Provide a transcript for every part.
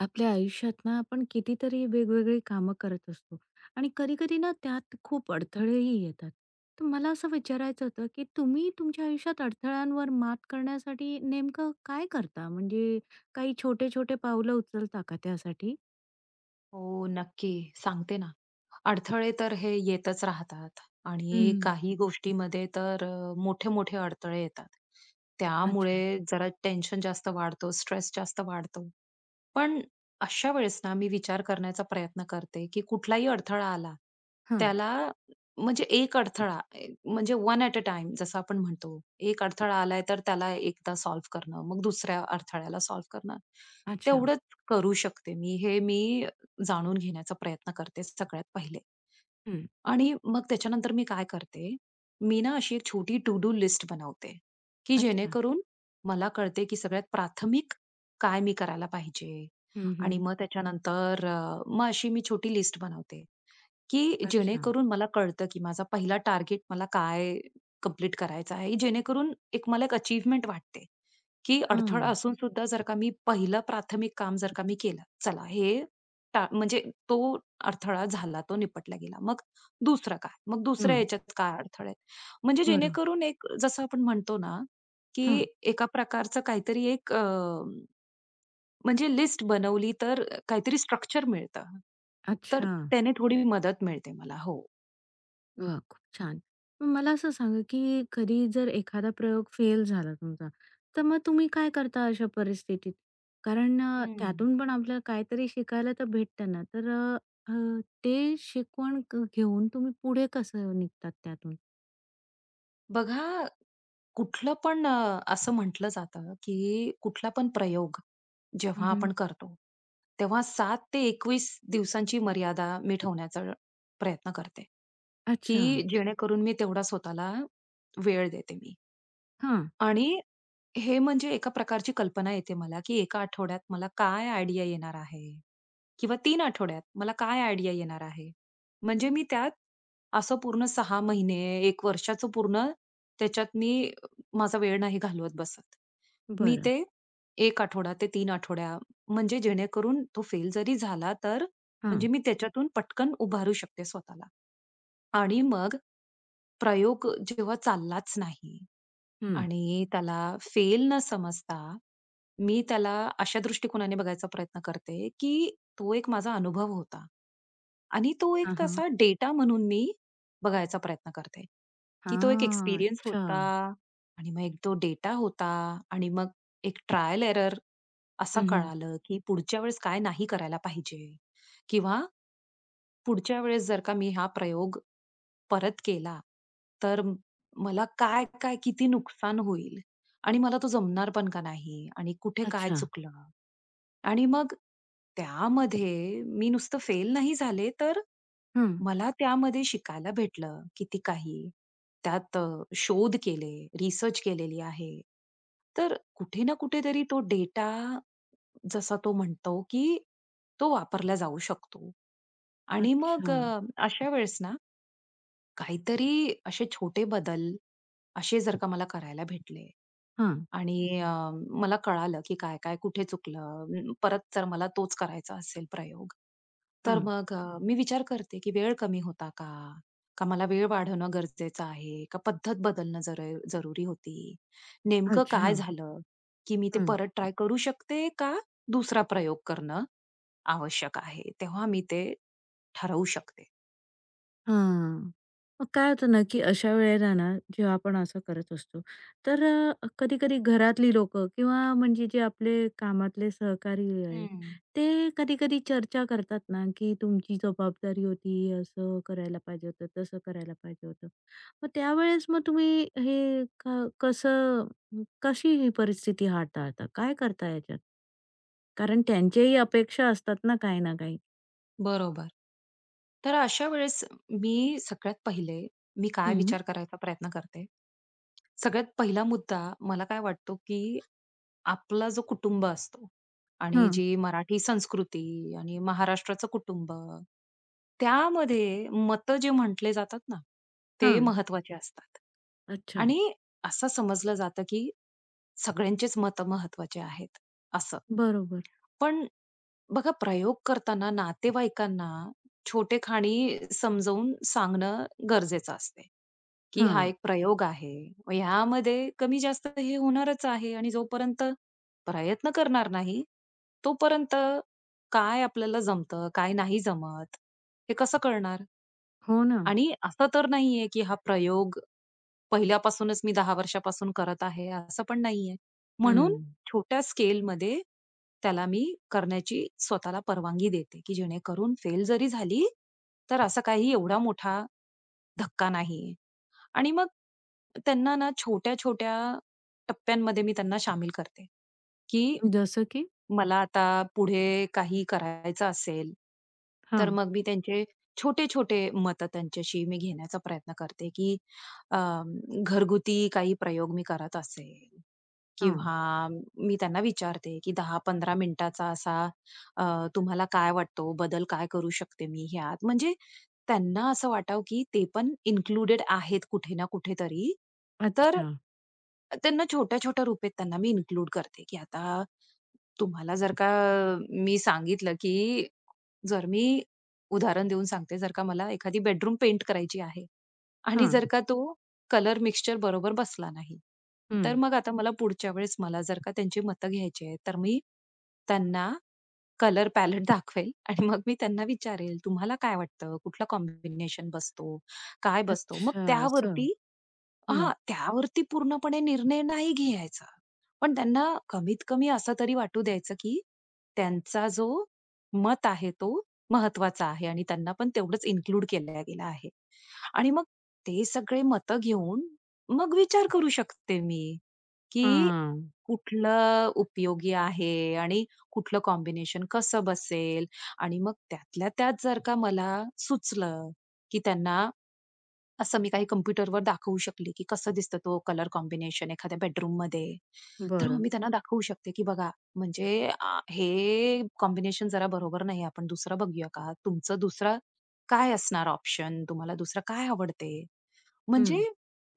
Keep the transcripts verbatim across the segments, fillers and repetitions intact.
आपल्या आयुष्यात ना आपण कितीतरी वेगवेगळी कामं करत असतो आणि कधी-कधी ना त्यात खूप अडथळेही येतात. तर मला असं विचारायचं होतं, की तुम्ही तुमच्या आयुष्यात अडथळ्यांवर मात करण्यासाठी नेमकं काय करता? म्हणजे काही छोटे-छोटे पावलं उचलता का त्यासाठी? हो, नक्की. सांगते ना. अडथळे तर हे येतच राहतात आणि हं. काही गोष्टीमध्ये तर मोठे-मोठे अडथळे येतात. अच्छा. त्यामुळे जरा टेन्शन जास्त वाढतो, स्ट्रेस जास्त वाढतो. पण अशा वेळेस ना मी विचार करण्याचा प्रयत्न करते, की कुठलाही अडथळा आला, हां. त्याला म्हणजे एक अडथळा ए म्हणजे वन ॲट अ टाईम जसं आपण म्हणतो. एक अडथळा आलाय तर त्याला एकदा सॉल्व्ह करणं, मग दुसऱ्या अडथळ्याला सॉल्व्ह करणं. अच्छा. तेवढंच करू शकते मी. हे मी जाणून घेण्याचा प्रयत्न करते सगळ्यात पहिले. हं. आणि मग त्याच्यानंतर मी काय करते, मी ना अशी एक छोटी टू डू लिस्ट बनवते, की अच्छा. जेणेकरून मला कळते, की सगळ्यात प्राथमिक काय मी करायला पाहिजे. हं, आणि हं. मग त्याच्यानंतर अ, मग अशी मी छोटी लिस्ट बनवते, की अच्छा. जेणेकरून मला कळतं, की माझा पहिला टार्गेट मला काय कंप्लीट करायचा आहे. जेणेकरून एक मला एक अचीव्हमेंट वाटते. की अडथळा हां. असून सुद्धा जर का मी पहिलं प्राथमिक काम जर का मी केलं, चला हे टा म्हणजे तो अडथळा झाला, तो निपटला गेला. मग दुसरं काय? मग दुसऱ्या हं. ह्याच्यात काय अडथळे आहेत? म्हणजे बरं. जेणेकरून एक जसं आपण म्हणतो ना, हां. की एका प्रकारचं काहीतरी एक अ, म्हणजे लिस्ट बनवली तर काहीतरी स्ट्रक्चर मिळतं. तर अच्छा. त्याने थोडी मदत मिळते मला. हो. वाह! खूप छान. मग मला असं सांगा, की कधी जर एखादा प्रयोग फेल झाला तुमचा, तर मग तुम्ही काय करता अशा परिस्थितीत? कारण अ, हं. त्यातून पण आपल्याला काहीतरी शिकायला तर भेटतं ना. तर अ, अ, ते शिकवण क घेऊन तुम्ही पुढे कसं निघतात त्यातून? बघा कुठलं पण अ, असं म्हटलं जातं, की कुठला पण प्रयोग जेव्हा हं, आपण करतो, तेव्हा सात ते एकवीस दिवसांची मर्यादा मी ठेवण्याचा प्रयत्न करते, अच्छा. की जेणेकरून मी तेवढा स्वतःला वेळ देते मी. हां. आणि हे म्हणजे एका प्रकारची कल्पना येते मला, की एका आठवड्यात मला काय आयडिया येणार आहे? किंवा तीन आठवड्यात मला काय आयडिया येणार आहे? म्हणजे मी त्यात असं पूर्ण सहा महिने, एक वर्षाचं पूर्ण त्याच्यात मी माझा वेळ नाही घालवत बसत. मी बरं. ते एक आठवडा ते तीन आठवड्या म्हणजे जेणेकरून तो फेल जरी झाला तर म्हणजे हां. मी त्याच्यातून पटकन उभारू शकते स्वतःला. आणि मग प्रयोग जेव्हा चाललाच नाही हं. आणि त्याला फेल न समजता मी त्याला अशा दृष्टिकोनाने बघायचा प्रयत्न करते, की तो एक माझा अनुभव होता. आणि तो हां, एक हां. असा डेटा म्हणून मी बघायचा प्रयत्न करते, की तो एक हां. एक्सपिरियन्स अच्छा. होता आणि मग एक तो डेटा होता आणि मग एक ट्रायल एरर असं हं, कळालं, की पुढच्या वेळेस काय नाही करायला पाहिजे किंवा पुढच्या वेळेस जर का मी हा प्रयोग परत केला, तर म- मला काय, काय किती नुकसान होईल आणि मला तो जमणार पण का नाही आणि कुठे काय अच्छा. चुकलं? आणि मग त्यामध्ये मी नुसतं फेल नाही झाले, तर हं. मला त्यामध्ये शिकायला भेटलं किती काही. त्यात अ, शोध केले, रिसर्च केलेली आहे. तर कुठे ना कुठेतरी तो डेटा जसा तो म्हणतो, की तो वापरला जाऊ शकतो. आणि मग अच्छा. अ, अशा वेळेस ना काहीतरी असे छोटे बदल, असे जर का मला करायला भेटले हां. आणि अ, मला कळालं, की काय-काय कुठे चुकलं. अं, परत जर मला तोच करायचा असेल प्रयोग, तर हां. मग अ, मी विचार करते, की वेळ कमी होता का? का मला वेळ वाढवणं गरजेचं आहे? का पद्धत बदलणं जर जरुरी होती? नेमकं अच्छा. काय झालं, की मी ते हं. परत ट्राय करू शकते का दुसरा प्रयोग करणं आवश्यक आहे? तेव्हा मी ते ठरवू शकते. हां. मग काय होतं ना, की अशा वेळेला ना, जेव्हा आपण असं करत असतो, तर अ, कधी-कधी घरातली लोकं किंवा म्हणजे जे आपले कामातले सहकारी आहे, हं. ते कधी-कधी चर्चा करतात ना, की तुमची जबाबदारी होती, असं करायला पाहिजे होतं, तसं करायला पाहिजे होतं. मग त्यावेळेस मग तुम्ही हे क कसं कशी ही परिस्थिती हाताळता? काय करता याच्यात? कारण त्यांच्याही अपेक्षा असतात ना, काही ना काही. बरोबर. तर अशा वेळेस मी सगळ्यात पहिले मी काय हं. विचार करायचा प्रयत्न करते. सगळ्यात पहिला मुद्दा मला काय वाटतो, की आपला जो कुटुंब असतो आणि हां, जी मराठी संस्कृती आणि महाराष्ट्राचं कुटुंब, त्यामध्ये मतं जे म्हटले जातात ना, ते हां. महत्त्वाचे असतात. अच्छा, आणि असं समजलं जातं, की सगळ्यांचेच मतं महत्त्वाचे आहेत, असं. बरोबर. पण बघा प्रयोग करताना नातेवाईकांना छोटे खाणी समजावून सांगणं गरजेचं असते, की हा हां. एक प्रयोग आहे. मग ह्यामध्ये कमी जास्त हे होणारच आहे आणि जोपर्यंत प्रयत्न करणार नाही, तोपर्यंत काय आपल्याला जमतं, काय नाही जमत, हे कसं कळणार? हो ना. आणि असं तर नाहीये, की हा प्रयोग पहिल्यापासूनच मी दहा वर्षापासून करत आहे, असं पण नाहीये. म्हणून हं. छोट्या स्केलमध्ये त्याला मी करण्याची स्वतःला परवानगी देते, की जेणेकरून फेल जरी झाली, तर असा काही एवढा मोठा धक्का नाहीये. आणि मग त्यांना ना छोट्या-छोट्या टप्प्यांमध्ये मी त्यांना शामिल करते, की जसं की? मला आता पुढे काही करायचं असेल, तर हां, मग मी त्यांचे छोटे-छोटे मतं त्यांच्याशी मी घेण्याचा प्रयत्न करते, की अ, घरगुती काही प्रयोग मी करत असेल हां. किंवा मी त्यांना विचारते, की दहा ते पंधरा मिनिटाचा असा अ, तुम्हाला काय वाटतो बदल काय करू शकते मी ह्यात? म्हणजे त्यांना असं वाटावं, की ते पण इन्क्लुडेड आहेत कुठे ना कुठेतरी. तर अच्छा. त्यांना छोट्या-छोट्या रूपेत त्यांना मी इन्क्लूड करते, की आता तुम्हाला जर का मी सांगितलं, की जर मी उदाहरण देऊन सांगते, जर का मला एखादी बेडरूम पेंट करायची आहे आणि हां. जर का तो कलर मिक्सचर बरोबर बसला नाही. हं. तर मग आता मला पुढच्या वेळेस मला जर का त्यांची मतं घ्यायची आहेत, तर मी त्यांना कलर पॅलेट दाखवेल आणि मग मी त्यांना विचारेल, "तुम्हाला काय वाटतं? कुठला कॉम्बिनेशन बसतो? काय बसतो?" मग अच्छा असं. त्यावरती हं. हां, त्यावरती पूर्णपणे निर्णय नाही घ्यायचा. पण त्यांना कमीत कमी असं तरी वाटू द्यायचं, की त्यांचा जो मत आहे तो महत्वाचा आहे आणि त्यांना पण तेवढंच इन्क्लूड केला गेला आहे. आणि मग ते सगळे मतं घेऊन मग विचार करू शकते मी, की हां. कुठलं उपयोगी आहे आणि कुठलं कॉम्बिनेशन कसं बसेल आणि मग त्यातल्या त्यात जर का मला सुचलं, की त्यांना असं मी काही कॉम्प्युटरवर दाखवू शकले, की कसं दिसतं तो कलर कॉम्बिनेशन एखाद्या बेडरूममध्ये. तर मग बरं. मी त्यांना दाखवू शकते, की बघा म्हणजे आ, हे कॉम्बिनेशन जरा बरोबर नाही आहे. आपण दुसरं बघूया का? तुमचं दुसरा काय असणार ऑप्शन? तुम्हाला दुसरं काय आवडते? म्हणजे हं.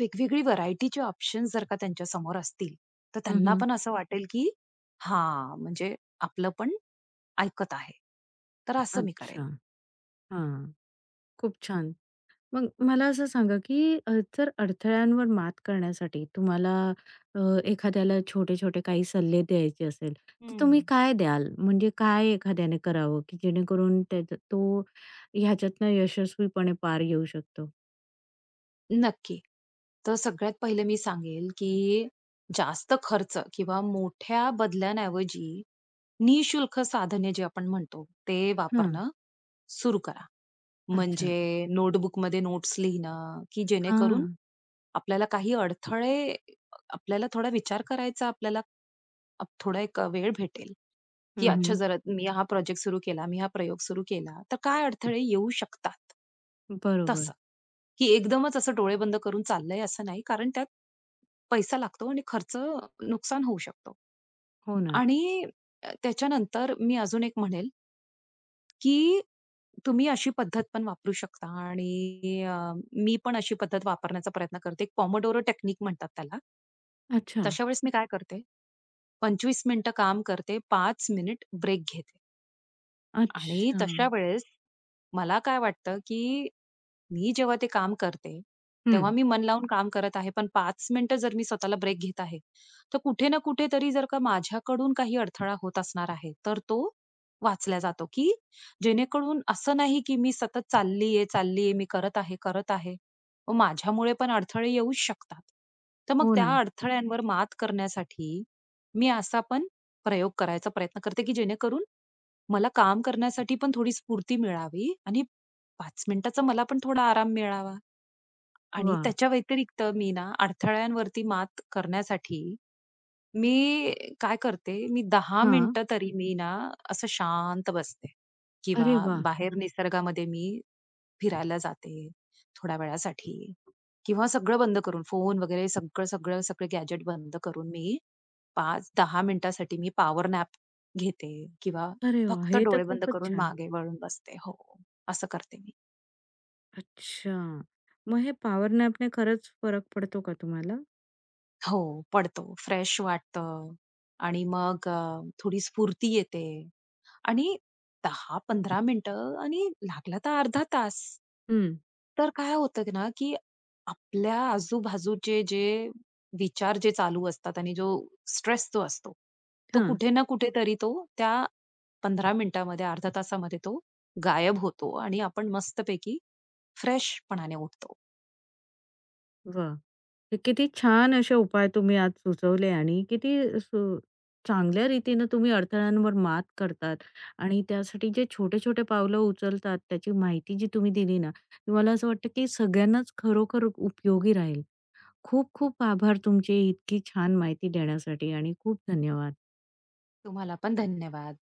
वेगवेगळी व्हरायटीचे ऑप्शन्स जर का त्यांच्या समोर असतील, तर त्यांना हं, पण असं वाटेल, की हां, म्हणजे आपलं पण ऐकत आहे. तर असं मी करेल. अच्छा. हां. खूप छान. मग मला असं सांगा, की अ, जर अडथळ्यांवर मात करण्यासाठी तुम्हाला अ, एखाद्याला छोटे-छोटे काही सल्ले द्यायचे असेल, तर हं. तुम्ही काय द्याल? म्हणजे काय एखाद्याने करावं, की जेणेकरून त्याचा तो ह्याच्यातनं यशस्वीपणे पार येऊ शकतो? नक्की. तर सगळ्यात पहिले मी सांगेल, की जास्त खर्च किंवा मोठ्या बदल्यांऐवजी निःशुल्क साधने जे आपण म्हणतो, ते हां. वापरणं सुरू करा. अच्छा. म्हणजे नोटबुकमध्ये नोट्स लिहिणं, की जेणेकरून हां. आपल्याला काही अडथळे आपल्याला थोडा विचार करायचा आपल्याला अप थोडा एक वेळ भेटेल, की हं, अच्छा हं. जरा मी हा प्रोजेक्ट सुरू केला, मी हा प्रयोग सुरू केला, तर काय अडथळे येऊ शकतात? तसं. बरोबर. की एकदमच असं डोळे बंद करून चाललंय असं नाही. कारण त्यात पैसा लागतो आणि खर्च नुकसान होऊ शकतो. हो ना. आणि अ, त्याच्यानंतर मी अजून एक म्हणेल, की तुम्ही अशी पद्धत पण वापरू शकता आणि अ, मी पण अशी पद्धत वापरण्याचा प्रयत्न करते. पोमोडोरो टेक्निक म्हणतात त्याला. अच्छा. तशा वेळेस मी काय करते, पंचवीस मिनिटं काम करते, पाच मिनिट ब्रेक घेते आणि अच्छा. तशा वेळेस मला काय वाटतं, की मी जेव्हा ते काम करते, तेव्हा हं. मी मन लावून काम करत आहे. पण पाच मिनिटं जर मी स्वतःला ब्रेक घेत आहे, तर कुठे ना कुठेतरी जर का माझ्याकडून काही अडथळा होत असणार आहे, तर तो वाचला जातो, की जेणेकरून असं नाही, की मी सतत चाललीये, चाललीये, मी करत आहे, करत आहे. मग माझ्यामुळे पण अडथळे येऊच शकतात. तर मग हो ना. त्या अडथळ्यांवर मात करण्यासाठी मी असा पण प्रयोग करायचा प्रयत्न करते, की जेणेकरून मला काम करण्यासाठी पण थोडी स्फूर्ती मिळावी आणि पाच मिनिटाचा मला पण थोडा आराम मिळावा आणि वा, त्याच्या व्यतिरिक्त मी ना अडथळ्यांवरती मात करण्यासाठी मी काय करते, मी दहा हां. मिनिटं तरी मी ना असं शांत बसते किंवा अरे वा, बाहेर निसर्गामध्ये मी फिरायला जाते थोड्या वेळासाठी किंवा सगळं बंद करून फोन वगैरे सगळं, सगळं, सगळे गॅजेट बंद करून मी पाच ते दहा मिनिटासाठी मी पॉवर नॅप घेते किंवा अरे वा, फक्त हे तर डोळे बंद खूपच करून छान. मागे वळून बसते. हो, असं करते मी. अच्छा. मग हे पॉवर नॅपने खरंच फरक पडतो का तुम्हाला? हो, पडतो. फ्रेश वाटतं आणि मग अ, थोडी स्फूर्ती येते आणि दहा ते पंधरा मिनिटं आणि लागला तर अर्धा तास. हं. तर काय होतं ना, की आपल्या आजूबाजूचे जे विचार जे चालू असतात आणि जो स्ट्रेस जो असतो, तो हां. कुठे ना कुठेतरी तो त्या पंधरा मिनिटामध्ये, अर्ध्या तासामध्ये तो गायब होतो आणि आपण मस्तपैकी फ्रेशपणाने उठतो. वा, हे किती छान असे उपाय तुम्ही आज सुचवले आणि किती सु चांगल्या रीतीनं तुम्ही अडथळ्यांवर मात करतात आणि त्यासाठी जे छोटे-छोटे पावलं उचलतात, त्याची माहिती जी तुम्ही दिली ना, ती मला असं वाटतं की सगळ्यांनाच खरोखर उपयोगी राहील. खूप खूप आभार तुमचे इतकी छान माहिती देण्यासाठी आणि खूप धन्यवाद. तुम्हाला पण धन्यवाद.